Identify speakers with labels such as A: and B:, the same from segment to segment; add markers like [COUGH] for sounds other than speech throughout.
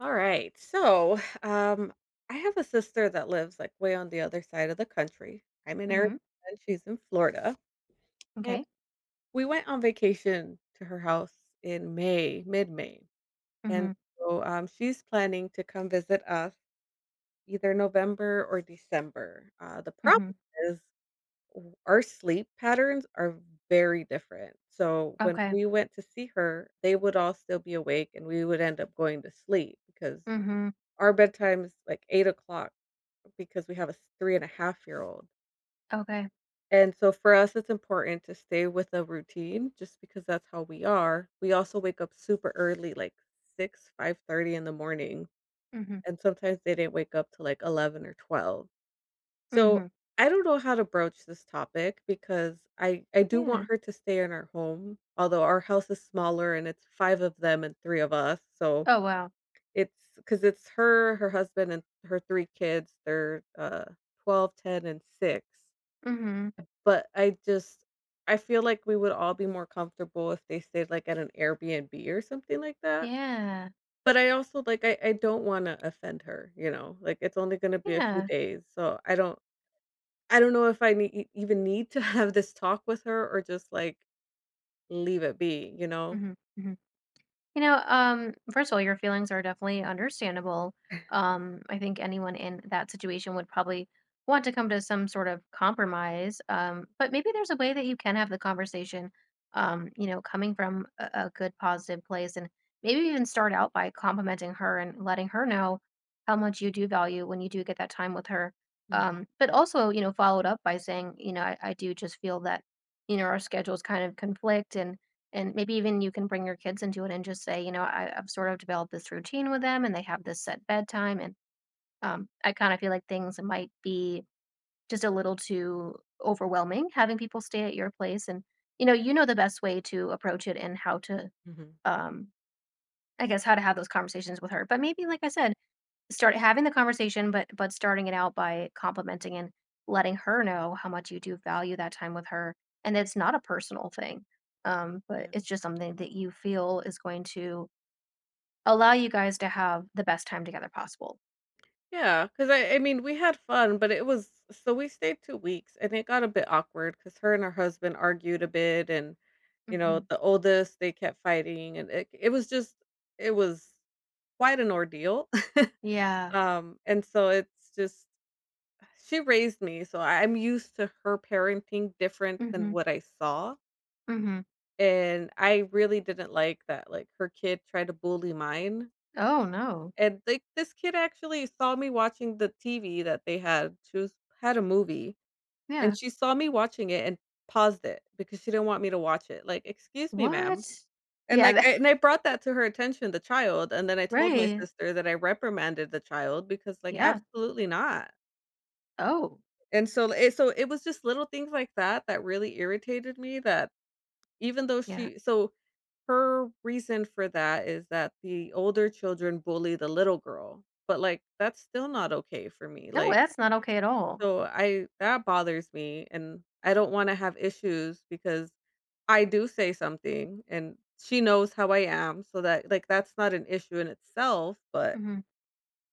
A: All right. I have a sister that lives like way on the other side of the country. I'm in Arizona
B: Mhm.
A: and she's in Florida. And
B: Okay.
A: we went on vacation to her house in May, mid May. And
B: Mhm.
A: so um, she's planning to come visit us either November or December. The problem
B: Mhm.
A: is our sleep patterns are very different. So when
B: Okay.
A: we went to see her, they would all still be awake and we would end up going to sleep because
B: Mhm.
A: our bedtime is like 8 o'clock because we have a s three-and-a-half-year-old, and a half year old.
B: Okay.
A: And so for us, it's important to stay with a routine just because that's how we are. We also wake up super early, like 6, 5:30 in the morning,
B: Mhm.
A: and sometimes they didn't wake up till like 11 or 12. So
B: Mhm.
A: I don't know how to broach this topic because I do
B: Yeah.
A: want her to stay in our home, although our house is smaller and it's 5 of them and 3 of us, so
B: Oh, wow.
A: it's because it's her, her husband, and her 3 kids. They're 12, ten, and 6.
B: Mhm.
A: But I feel like we would all be more comfortable if they stayed, like, at an Airbnb or something like that.
B: Yeah.
A: But I also, like, I don't wanna offend her, you know? Like, it's only gonna be a few
B: Yeah.
A: days, so I don't know if I need even need to [LAUGHS] have this talk with her or just, like, leave it be, you know?
B: Mhm. Mhm. First of all, your feelings are definitely understandable. I think anyone in that situation would probably want to come to some sort of compromise. But maybe there's a way that you can have the conversation, you know, coming from a good, positive place. And maybe even start out by complimenting her and letting her know how much you do value when you do get that time with her.
A: Mhm,
B: But also, you know, followed up by saying, you know, I do just feel that, you know, our schedules kind of conflict and maybe even you can bring your kids into it and just say, you know, I've sort of developed this routine with them and they have this set bedtime. And I kind of feel like things might be just a little too overwhelming having people stay at your place. And, you know the best way to approach it and how to,
A: mhm.
B: um, I guess, how to have those conversations with her. But maybe, like I said, start having the conversation, but starting it out by complimenting and letting her know how much you do value that time with her, and it's not a personal thing, but
A: Yeah.
B: it's just something that you feel is going to allow you guys to have the best time together possible.
A: Yeah, because I mean, we had fun, but it was so we stayed 2 weeks, and it got a bit awkward. Cause her and her husband argued a bit, and, you
B: hmm
A: know, the oldest, they kept fighting, and it was just it was quite an ordeal. [LAUGHS]
B: Yeah.
A: And so it's just she raised me, so I'm used to her parenting different than
B: hmm
A: what I saw,
B: hmm
A: and I really didn't like that, like, her kid tried to bully mine.
B: Oh no.
A: And, like, this kid actually saw me watching the TV that they had. She was had a movie,
B: Yeah.
A: and she saw me watching it and paused it because she didn't want me to watch it. Like, "Excuse me, ma'am."
B: What?
A: And,
B: Yeah.
A: like,
B: That,
A: I and I brought that to her attention, the child, and then I
B: [LAUGHS]
A: told my
B: right.
A: sister that I reprimanded the child because, like,
B: Yeah.
A: absolutely not.
B: Oh.
A: And so it was just little things like that that really irritated me that even though
B: Yeah.
A: she so her reason for that is that the older children bully the little girl, but, like, that's still not okay for me,
B: No,
A: like,
B: that's not okay at all.
A: so I that bothers me, and I don't wanna have issues because I do say something, and she knows how I am, so that's not an issue in itself, but
B: hmm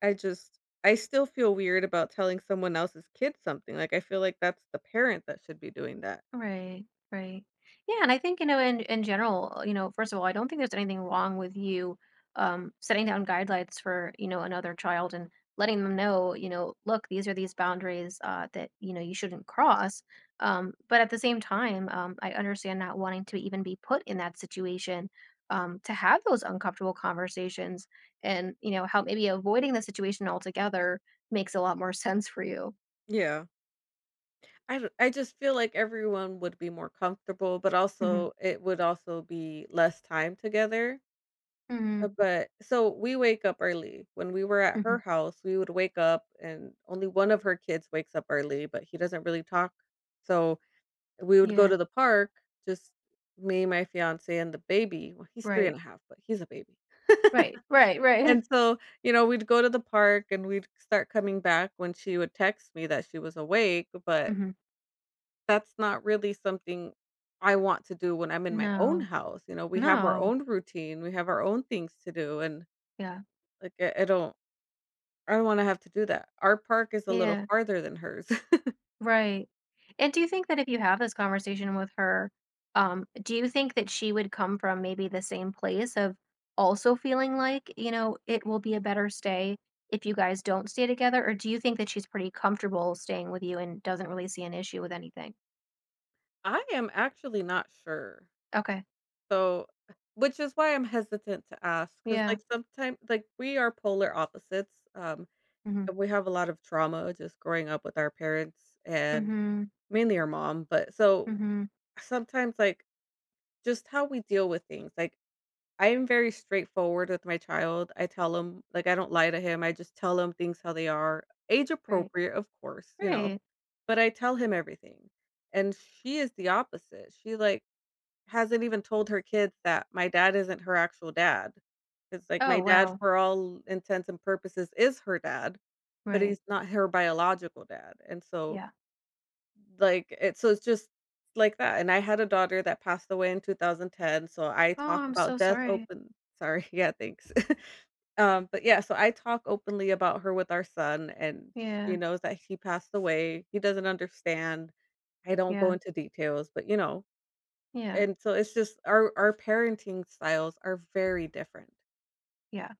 A: I just I still feel weird about telling someone else's kid something, like, I feel like that's the parent that should be doing that.
B: Right, right. Yeah, and I think, you know, in general, you know, first of all, I don't think there's anything wrong with you setting down guidelines for, you know, another child and letting them know, you know, look, these are these boundaries that, you know, you shouldn't cross. But at the same time, I understand not wanting to even be put in that situation to have those uncomfortable conversations and, you know, how maybe avoiding the situation altogether makes a lot more [LAUGHS] sense for you.
A: Yeah. I don't- I just feel like everyone would be more comfortable, but
B: hmm
A: also it would also be less time together.
B: hmm
A: Uh, but so we wake up early. When we were at
B: hmm
A: her house, we would wake up and only one of her kids wakes up early, but he doesn't really talk. So, we would go
B: Yeah,
A: to the park, just me, my fiancé, and the baby. Well, he's 3 and
B: right.
A: a half, but he's a baby. [LAUGHS]
B: Right, right, right.
A: And
B: [LAUGHS]
A: so, you know, we'd go to the park and we'd start coming back when she would text me that she was awake, but
B: Mhm.
A: that's not really something I want to do when I'm in my own
B: No,
A: house. You know, we have our
B: no.
A: own routine, we have our own things to do, and,
B: Yeah,
A: like, I don't wanna have to do that. Our park is a little
B: yeah,
A: farther than hers. [LAUGHS]
B: right. And do you think that if you have this conversation with her, do you think that she would come from maybe the same place of also feeling like, you know, it will be a better stay if you guys don't stay together? Or do you think that she's pretty comfortable staying with you and doesn't really see an issue with anything?
A: I am actually not sure,
B: Okay.
A: so which is why I'm hesitant to ask. Cause
B: Yeah.
A: like, sometimes, like, we are polar opposites,
B: Mm-hmm.
A: and we have a lot of trauma just growing up with our parents and
B: Mm-hmm.
A: mainly our mom, but so
B: Mm-hmm.
A: sometimes, like, just how we deal with things, like I am very straightforward with my child. I tell him like, I don't lie to him. I just tell him things how they are, age
B: Right.
A: appropriate, of course, you know,
B: Right.
A: but I tell him everything. And she is the opposite. She, like, hasn't even told her kids that my dad isn't her actual dad. It's like my
B: Oh,
A: dad,
B: wow.
A: for all intents and purposes, is her dad, but
B: Right.
A: he's not her biological dad. And so
B: Yeah.
A: like, it so it's just like that, and I had a daughter that passed away in 2010, so I
B: Oh,
A: talk
B: I'm so
A: about death
B: sorry.
A: open sorry, [LAUGHS] yeah, thanks. [LAUGHS] But yeah, so I talk openly about her with our son, and she
B: Yeah.
A: knows that he passed away, he doesn't understand. I don't go
B: Yeah.
A: into details, but, you know,
B: Yeah,
A: and so it's just our parenting styles are very different,
B: yeah,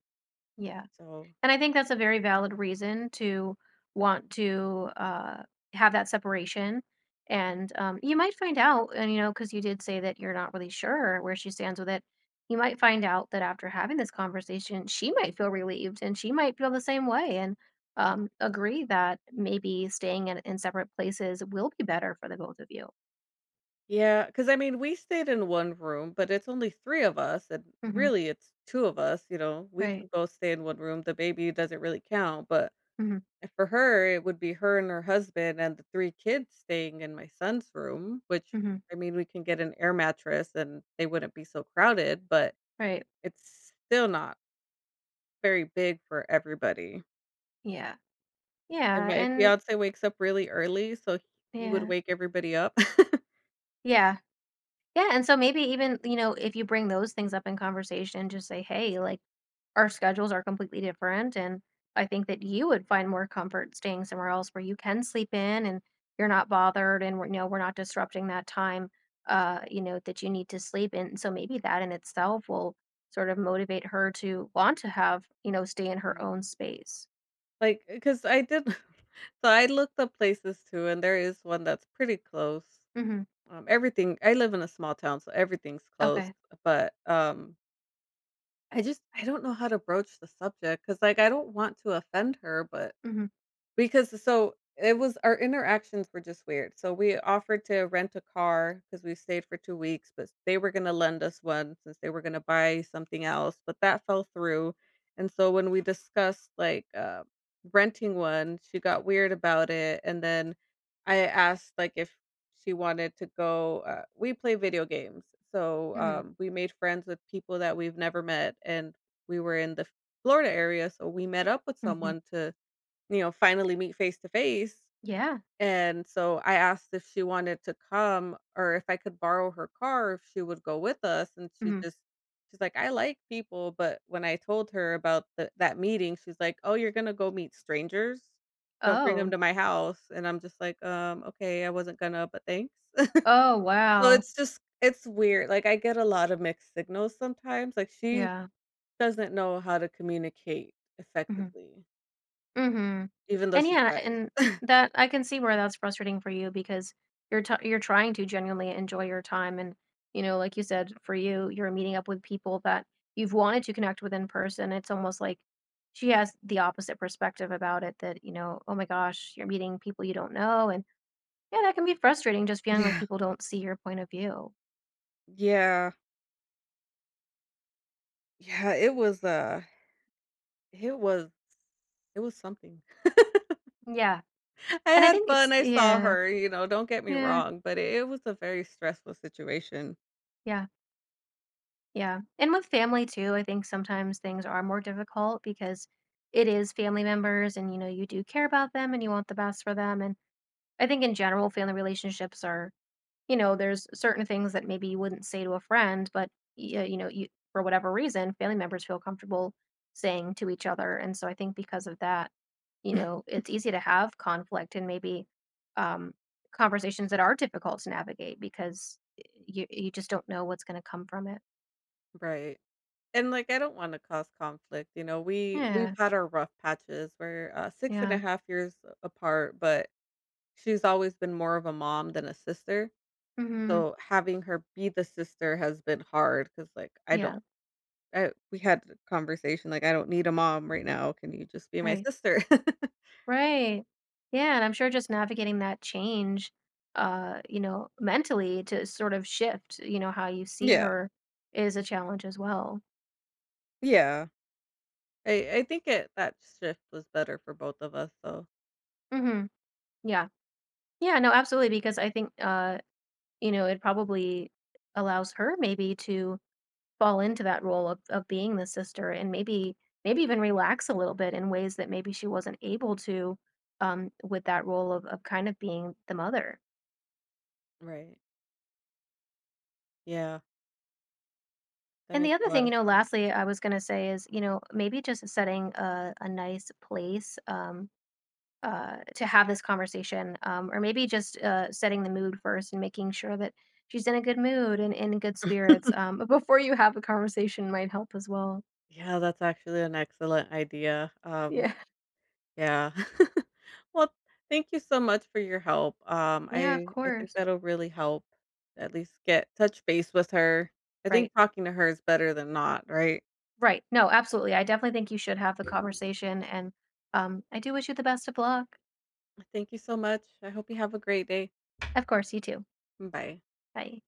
B: yeah.
A: so
B: And I think that's a very valid reason to want to have that separation. And you might find out, and you know, because you did say that you're not really sure where she stands with it. You might find out that after having this conversation, she might feel relieved and she might feel the same way and agree that maybe staying in separate places will be better for the both of you.
A: yeah. Because I mean, we stayed in one room, but it's only 3 of us, and
B: hmm
A: really it's 2 of us, you know, we
B: Right.
A: could both stay in one room, the baby doesn't really count, but
B: hmm
A: for her, it would be her and her husband and the 3 kids staying in my son's room, which,
B: hmm
A: I mean, we can get an air mattress and they wouldn't be so crowded, but
B: Right.
A: it's still not very big for everybody.
B: Yeah.
A: And
B: Yeah.
A: my
B: And
A: fiancé wakes up really early, so he would
B: yeah.
A: wake everybody up. [LAUGHS]
B: Yeah. Yeah, and so maybe even, you know, if you bring those things up in conversation, just say, "Hey, like our schedules are completely different and I think that you would find more comfort staying somewhere else where you can sleep in and you're not bothered and we're, you know, we're not disrupting that time you know, that you need to sleep in." So maybe that in itself will sort of motivate her to want to have, you know, stay in her own space.
A: Cause I did [LAUGHS] so I looked up places too, and there is one that's pretty close.
B: Mhm.
A: Everything I live in a small town, so everything's close,
B: Okay.
A: but I don't know how to broach the subject, cause like, I don't want to offend her, but
B: Mhm.
A: because so, it was our interactions were just weird. So, we offered to rent a car because we stayed for 2 weeks, but they were gonna lend us one since they were gonna buy something else, but that fell through, and so when we discussed, like, renting one, she got weird about it, and then I asked, like, if she wanted to go. We play video games, so,
B: Mhm.
A: we made friends with people that we've never met, and we were in the Florida area, so we met up with
B: Mhm.
A: someone to, you know, finally meet face to face.
B: Yeah.
A: And so I asked if she wanted to come or if I could borrow her car if she would go with us. And she
B: Mhm.
A: just she's like, I like people, but when I told her about that meeting, she's like, "Oh, you're gonna go meet strangers. Don't bring them
B: Oh.
A: to my house." And I'm just like, okay, I wasn't gonna, but thanks. [LAUGHS]
B: Oh,
A: So
B: wow.
A: it's weird. Like I get a lot of mixed signals sometimes. Like she
B: Yeah.
A: doesn't know how to communicate
B: Mhm.
A: effectively,
B: Mhm.
A: even though
B: And
A: she
B: yeah,
A: tries.
B: and that I can see where that's frustrating for you because you're trying to genuinely enjoy your time and you know, like you said, for you, you're meeting up with people that you've wanted to connect with in person. It's almost like she has the opposite perspective about it that, you know, oh my gosh, you're meeting people you don't know and yeah, that can be frustrating just feeling like
A: Yeah.
B: people don't see your point of view.
A: Yeah. Yeah, it was, uh it was it was something.
B: Yeah.
A: [LAUGHS] I
B: And I
A: had
B: think it's
A: fun, I saw
B: yeah,
A: her, you know, don't get me
B: yeah,
A: wrong, but it was a very stressful situation.
B: yeah. Yeah, and with family too, I think sometimes things are more difficult because it is family members and, you know, you do care about them and you want the best for them, and I think in general, family relationships are you know, there's certain things that maybe you wouldn't say to a friend, but, y you know, you for whatever reason, family members feel comfortable saying to each other, and so I think because of that, you know,
A: [LAUGHS]
B: it's easy to have conflict and maybe, um, conversations that are difficult to navigate because y you just don't know what's gonna come from it.
A: Right. And, like, I don't wanna cause conflict, you know, we've
B: Yeah.
A: had our rough patches. We're 6 and a
B: Yeah.
A: half years apart, but she's always been more of a mom than a sister,
B: Mhm.
A: so having her be the sister has been hard because, like, I
B: Yeah.
A: don't I we had a conversation, like, "I don't need a mom right now, can you just be my
B: Right.
A: sister?" [LAUGHS]
B: Right. Yeah, and I'm sure just navigating that change, you know, mentally to sort of shift, you know, how you see
A: Yeah,
B: her is a challenge as well.
A: yeah. I think it that shift was better for both of us, though.
B: Mhm. Yeah. Yeah, no, absolutely because I think you know, it probably allows her maybe to fall into that role of being the sister and maybe maybe even relax a little bit in ways that maybe she wasn't able to with that role of kind of being the mother.
A: Right. Yeah, that
B: And the
A: makes a
B: other
A: lot
B: thing, you
A: of
B: know,
A: sense.
B: lastly, I was going to say is, you know, maybe just setting a nice place to have this conversation, or maybe just setting the mood first and making sure that she's in a good mood and in good spirits
A: [LAUGHS]
B: [LAUGHS] before you have the conversation might help as well.
A: Yeah, that's actually an excellent idea.
B: Yeah.
A: Yeah. [LAUGHS] Well, thank you so much for your help. Um,
B: Yeah, of
A: I I think
B: course.
A: that'll really help at least get touch base with her. I
B: Right.
A: think talking to her is better than not, right?
B: Right. No, absolutely. I definitely think you should have the conversation. And I do wish you the best of luck.
A: Thank you so much. I hope you have a great day.
B: Of course, you too.
A: Bye.
B: Bye.